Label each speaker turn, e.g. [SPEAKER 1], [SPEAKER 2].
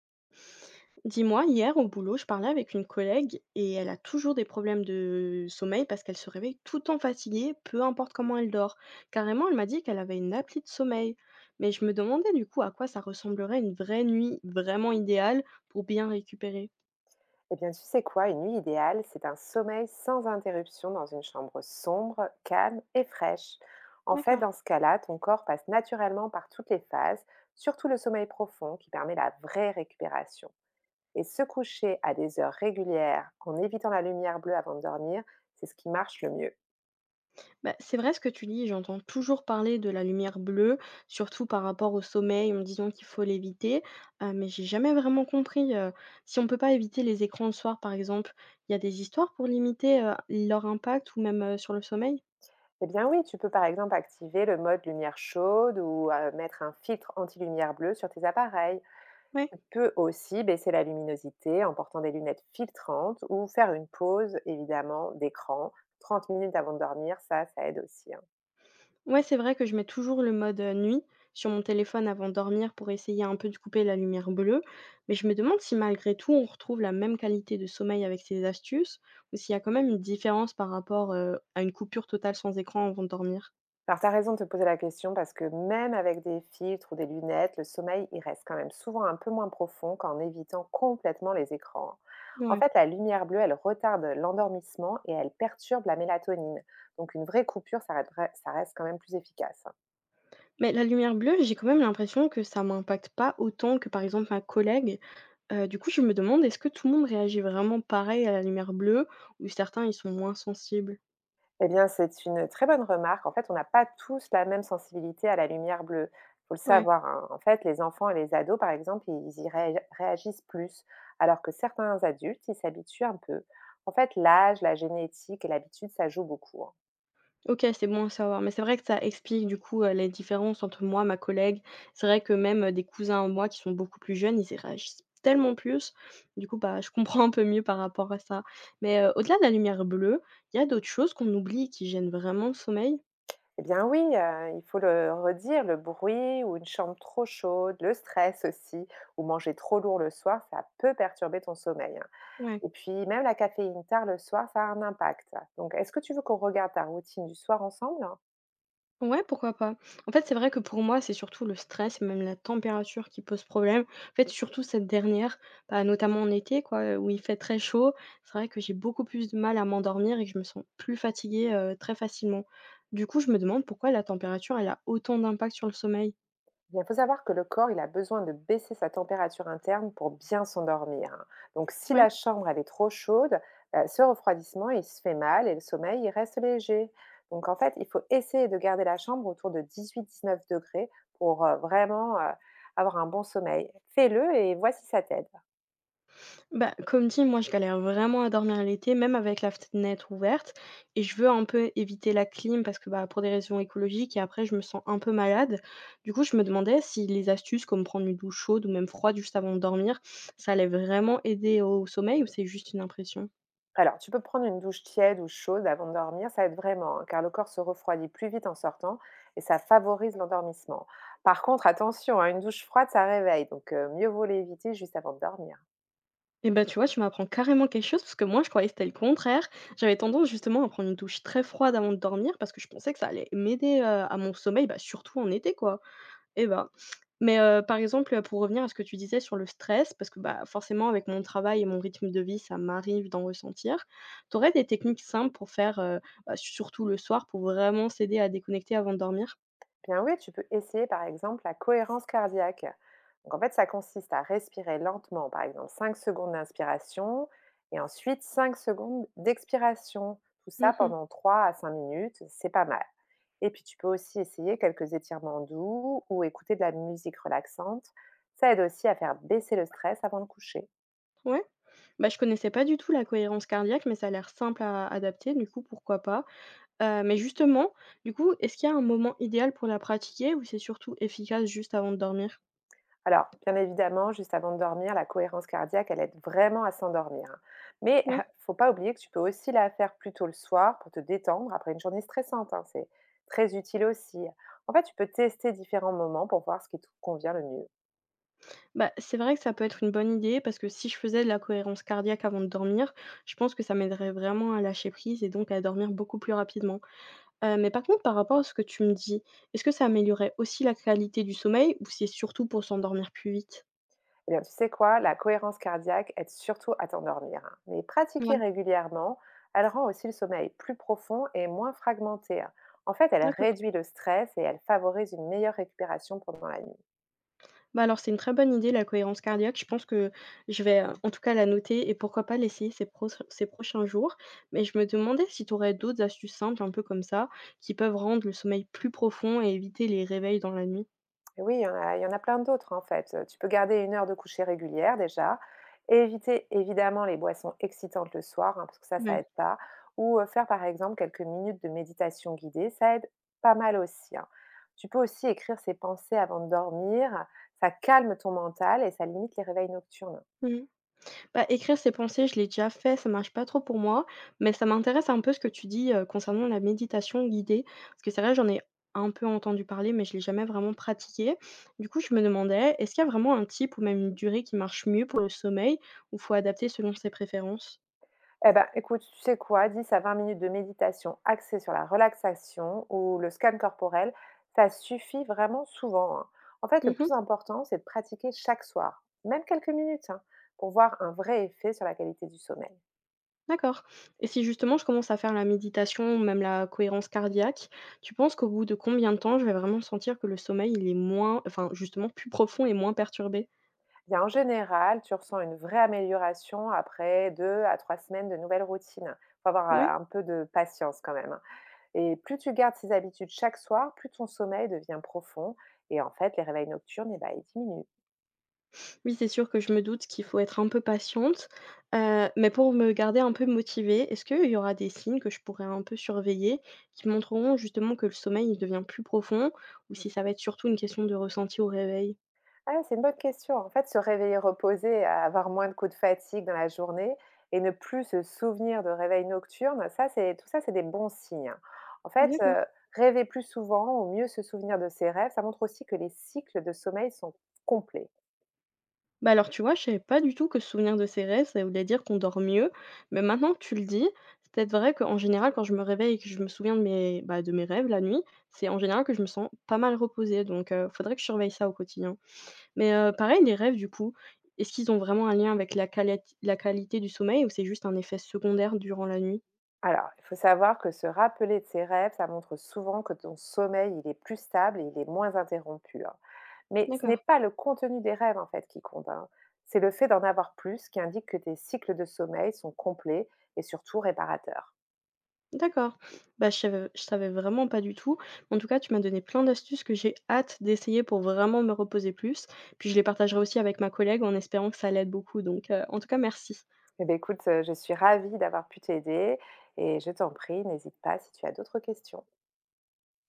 [SPEAKER 1] Dis-moi, hier au boulot, je parlais avec une collègue et elle a toujours des problèmes de sommeil parce qu'elle se réveille tout le temps fatiguée, peu importe comment elle dort. Carrément, elle m'a dit qu'elle avait une appli de sommeil. Mais je me demandais du coup à quoi ça ressemblerait une vraie nuit vraiment idéale pour bien récupérer.
[SPEAKER 2] Eh bien, tu sais quoi, une nuit idéale, c'est un sommeil sans interruption dans une chambre sombre, calme et fraîche. En fait,
[SPEAKER 1] D'accord.
[SPEAKER 2] dans ce cas-là, ton corps passe naturellement par toutes les phases, surtout le sommeil profond qui permet la vraie récupération. Et se coucher à des heures régulières en évitant la lumière bleue avant de dormir, c'est ce qui marche le mieux.
[SPEAKER 1] Bah, c'est vrai ce que tu dis, j'entends toujours parler de la lumière bleue, surtout par rapport au sommeil, en me disant qu'il faut l'éviter, mais j'ai jamais vraiment compris, si on peut pas éviter les écrans le soir, par exemple, il y a des histoires pour limiter, leur impact ou même, sur le sommeil?
[SPEAKER 2] Eh bien oui, tu peux par exemple activer le mode lumière chaude ou mettre un filtre anti-lumière bleue sur tes appareils.
[SPEAKER 1] Ouais.
[SPEAKER 2] Tu peux aussi baisser la luminosité en portant des lunettes filtrantes ou faire une pause, évidemment, d'écran. 30 minutes avant de dormir, ça aide aussi, hein.
[SPEAKER 1] Ouais, c'est vrai que je mets toujours le mode, nuit sur mon téléphone avant de dormir pour essayer un peu de couper la lumière bleue, mais je me demande si malgré tout on retrouve la même qualité de sommeil avec ces astuces ou s'il y a quand même une différence par rapport, à une coupure totale sans écran avant de dormir?
[SPEAKER 2] Alors, tu as raison de te poser la question parce que même avec des filtres ou des lunettes, le sommeil, il reste quand même souvent un peu moins profond qu'en évitant complètement les écrans, hein. En
[SPEAKER 1] Ouais.
[SPEAKER 2] fait, la lumière bleue, elle retarde l'endormissement et elle perturbe la mélatonine. Donc, une vraie coupure, ça reste quand même plus efficace, hein.
[SPEAKER 1] Mais la lumière bleue, j'ai quand même l'impression que ça m'impacte pas autant que, par exemple, ma collègue. Du coup, je me demande, est-ce que tout le monde réagit vraiment pareil à la lumière bleue ou certains, ils sont moins sensibles?
[SPEAKER 2] Eh bien, c'est une très bonne remarque. En fait, on n'a pas tous la même sensibilité à la lumière bleue. Faut le
[SPEAKER 1] Ouais.
[SPEAKER 2] savoir, hein. En fait, les enfants et les ados, par exemple, réagissent plus, alors que certains adultes, ils s'habituent un peu. En fait, l'âge, la génétique et l'habitude, ça joue beaucoup, hein.
[SPEAKER 1] OK, c'est bon à savoir. Mais c'est vrai que ça explique, du coup, les différences entre moi, ma collègue. C'est vrai que même, des cousins à moi qui sont beaucoup plus jeunes, ils y réagissent tellement plus. Du coup, bah, je comprends un peu mieux par rapport à ça. Mais, au-delà de la lumière bleue, il y a d'autres choses qu'on oublie et qui gênent vraiment le sommeil?
[SPEAKER 2] Eh bien oui, il faut le redire, le bruit ou une chambre trop chaude, le stress aussi, ou manger trop lourd le soir, ça peut perturber ton sommeil, hein.
[SPEAKER 1] Ouais.
[SPEAKER 2] Et puis même la caféine tard le soir, ça a un impact. Ça. Donc, est-ce que tu veux qu'on regarde ta routine du soir ensemble?
[SPEAKER 1] Ouais, pourquoi pas? En fait, c'est vrai que pour moi, c'est surtout le stress et même la température qui pose problème. En fait, surtout cette dernière, bah, notamment en été, quoi, où il fait très chaud. C'est vrai que j'ai beaucoup plus de mal à m'endormir et que je me sens plus fatiguée, très facilement. Du coup, je me demande pourquoi la température, elle a autant d'impact sur le sommeil?
[SPEAKER 2] Il faut savoir que le corps, il a besoin de baisser sa température interne pour bien s'endormir, hein. Donc, si
[SPEAKER 1] Ouais.
[SPEAKER 2] la chambre elle est trop chaude, ce refroidissement, il se fait mal et le sommeil, il reste léger. Donc, en fait, il faut essayer de garder la chambre autour de 18-19 degrés pour vraiment avoir un bon sommeil. Fais-le et voici si ça t'aide.
[SPEAKER 1] Bah, comme dit, moi, je galère vraiment à dormir l'été, même avec la fenêtre ouverte et je veux un peu éviter la clim parce que, bah, pour des raisons écologiques et après je me sens un peu malade. Du coup, je me demandais si les astuces comme prendre une douche chaude ou même froide juste avant de dormir, ça allait vraiment aider au sommeil ou c'est juste une impression?
[SPEAKER 2] Alors, tu peux prendre une douche tiède ou chaude avant de dormir, ça aide vraiment, hein, car le corps se refroidit plus vite en sortant et ça favorise l'endormissement. Par contre, attention, hein, une douche froide, ça réveille, donc mieux vaut l'éviter juste avant de dormir.
[SPEAKER 1] Et bah, tu vois, tu m'apprends carrément quelque chose parce que moi, je croyais que c'était le contraire. J'avais tendance justement à prendre une douche très froide avant de dormir parce que je pensais que ça allait m'aider, à mon sommeil, bah, surtout en été, quoi. Eh ben, mais par exemple, pour revenir à ce que tu disais sur le stress, parce que, bah, forcément avec mon travail et mon rythme de vie, ça m'arrive d'en ressentir. Tu aurais des techniques simples pour faire, bah, surtout le soir, pour vraiment s'aider à déconnecter avant de dormir?
[SPEAKER 2] Bien oui, tu peux essayer par exemple la cohérence cardiaque. Donc en fait, ça consiste à respirer lentement, par exemple 5 secondes d'inspiration et ensuite 5 secondes d'expiration. Tout ça
[SPEAKER 1] Mmh.
[SPEAKER 2] pendant 3 à 5 minutes, c'est pas mal. Et puis tu peux aussi essayer quelques étirements doux ou écouter de la musique relaxante. Ça aide aussi à faire baisser le stress avant de coucher.
[SPEAKER 1] Ouais. Bah, je connaissais pas du tout la cohérence cardiaque, mais ça a l'air simple à adapter, du coup, pourquoi pas? Mais justement, du coup, est-ce qu'il y a un moment idéal pour la pratiquer ou c'est surtout efficace juste avant de dormir?
[SPEAKER 2] Alors, bien évidemment, juste avant de dormir, la cohérence cardiaque, elle aide vraiment à s'endormir, hein. Mais
[SPEAKER 1] Ouais.
[SPEAKER 2] faut pas oublier que tu peux aussi la faire plus tôt le soir pour te détendre après une journée stressante, hein. C'est très utile aussi. En fait, tu peux tester différents moments pour voir ce qui te convient le mieux.
[SPEAKER 1] Bah, c'est vrai que ça peut être une bonne idée parce que si je faisais de la cohérence cardiaque avant de dormir, je pense que ça m'aiderait vraiment à lâcher prise et donc à dormir beaucoup plus rapidement. Mais par contre, par rapport à ce que tu me dis, est-ce que ça améliorerait aussi la qualité du sommeil ou c'est surtout pour s'endormir plus vite?
[SPEAKER 2] Eh bien, tu sais quoi, la cohérence cardiaque aide surtout à t'endormir, hein. Mais pratiquée
[SPEAKER 1] Ouais,
[SPEAKER 2] régulièrement, elle rend aussi le sommeil plus profond et moins fragmenté, hein. En fait, elle
[SPEAKER 1] d'accord.
[SPEAKER 2] réduit le stress et elle favorise une meilleure récupération pendant la nuit.
[SPEAKER 1] Bah, alors c'est une très bonne idée la cohérence cardiaque. Je pense que je vais, en tout cas la noter et pourquoi pas l'essayer ces prochains jours. Mais je me demandais si tu aurais d'autres astuces simples un peu comme ça, qui peuvent rendre le sommeil plus profond et éviter les réveils dans la nuit?
[SPEAKER 2] Et oui, il y en a plein d'autres, en fait, tu peux garder une heure de coucher régulière déjà, éviter évidemment les boissons excitantes le soir, hein, parce que ça
[SPEAKER 1] Ouais.
[SPEAKER 2] aide pas, ou faire par exemple quelques minutes de méditation guidée, ça aide pas mal aussi, hein. Tu peux aussi écrire ses pensées avant de dormir, ça calme ton mental et ça limite les réveils nocturnes.
[SPEAKER 1] Mmh. Bah, écrire ses pensées, je l'ai déjà fait, ça marche pas trop pour moi, mais ça m'intéresse un peu ce que tu dis, concernant la méditation guidée. Parce que c'est vrai, j'en ai un peu entendu parler, mais je l'ai jamais vraiment pratiqué. Du coup, je me demandais, est-ce qu'il y a vraiment un type ou même une durée qui marche mieux pour le sommeil ou faut adapter selon ses préférences?
[SPEAKER 2] Eh ben, écoute, tu sais quoi, 10 à 20 minutes de méditation axée sur la relaxation ou le scan corporel, ça suffit vraiment souvent, hein. En fait, le
[SPEAKER 1] Mmh.
[SPEAKER 2] plus important, c'est de pratiquer chaque soir, même quelques minutes, hein, pour voir un vrai effet sur la qualité du sommeil.
[SPEAKER 1] D'accord. Et si justement je commence à faire la méditation ou même la cohérence cardiaque, tu penses qu'au bout de combien de temps je vais vraiment sentir que le sommeil, il est moins enfin justement plus profond et moins perturbé?
[SPEAKER 2] Bien, en général, tu ressens une vraie amélioration après 2 à 3 semaines de nouvelles routines. Faut avoir
[SPEAKER 1] Ouais.
[SPEAKER 2] un peu de patience quand même, hein. Et plus tu gardes ces habitudes chaque soir, plus ton sommeil devient profond. Et en fait, les réveils nocturnes, eh ben, ils diminuent.
[SPEAKER 1] Oui, c'est sûr que je me doute qu'il faut être un peu patiente, mais pour me garder un peu motivée, est-ce qu'il y aura des signes que je pourrais un peu surveiller qui montreront justement que le sommeil, il devient plus profond ou Mmh. si ça va être surtout une question de ressenti au réveil?
[SPEAKER 2] Ah, ouais, c'est une bonne question. En fait, se réveiller reposé, avoir moins de coups de fatigue dans la journée et ne plus se souvenir de réveil nocturne, ça, c'est tout ça, c'est des bons signes, hein. En fait,
[SPEAKER 1] D'accord.
[SPEAKER 2] rêver plus souvent ou mieux se souvenir de ses rêves, ça montre aussi que les cycles de sommeil sont complets.
[SPEAKER 1] Bah, alors tu vois, je savais pas du tout que se souvenir de ses rêves, ça voulait dire qu'on dort mieux, mais maintenant que tu le dis, c'est peut-être vrai qu'en général quand je me réveille et que je me souviens de mes, bah, de mes rêves la nuit, c'est en général que je me sens pas mal reposée donc faudrait que je surveille ça au quotidien. Mais pareil, les rêves du coup, est-ce qu'ils ont vraiment un lien avec la qualité du sommeil ou c'est juste un effet secondaire durant la nuit?
[SPEAKER 2] Alors, il faut savoir que se rappeler de ses rêves, ça montre souvent que ton sommeil, il est plus stable et il est moins interrompu, hein. Mais ce n'est
[SPEAKER 1] D'accord,
[SPEAKER 2] pas le contenu des rêves, en fait, qui compte, hein. C'est le fait d'en avoir plus qui indique que tes cycles de sommeil sont complets et surtout réparateurs.
[SPEAKER 1] d'accord. Bah, je savais vraiment pas du tout. En tout cas, tu m'as donné plein d'astuces que j'ai hâte d'essayer pour vraiment me reposer plus. Puis je les partagerai aussi avec ma collègue en espérant que ça l'aide beaucoup donc en tout cas merci.
[SPEAKER 2] Eh bien, écoute, je suis ravie d'avoir pu t'aider et je t'en prie, n'hésite pas si tu as d'autres questions.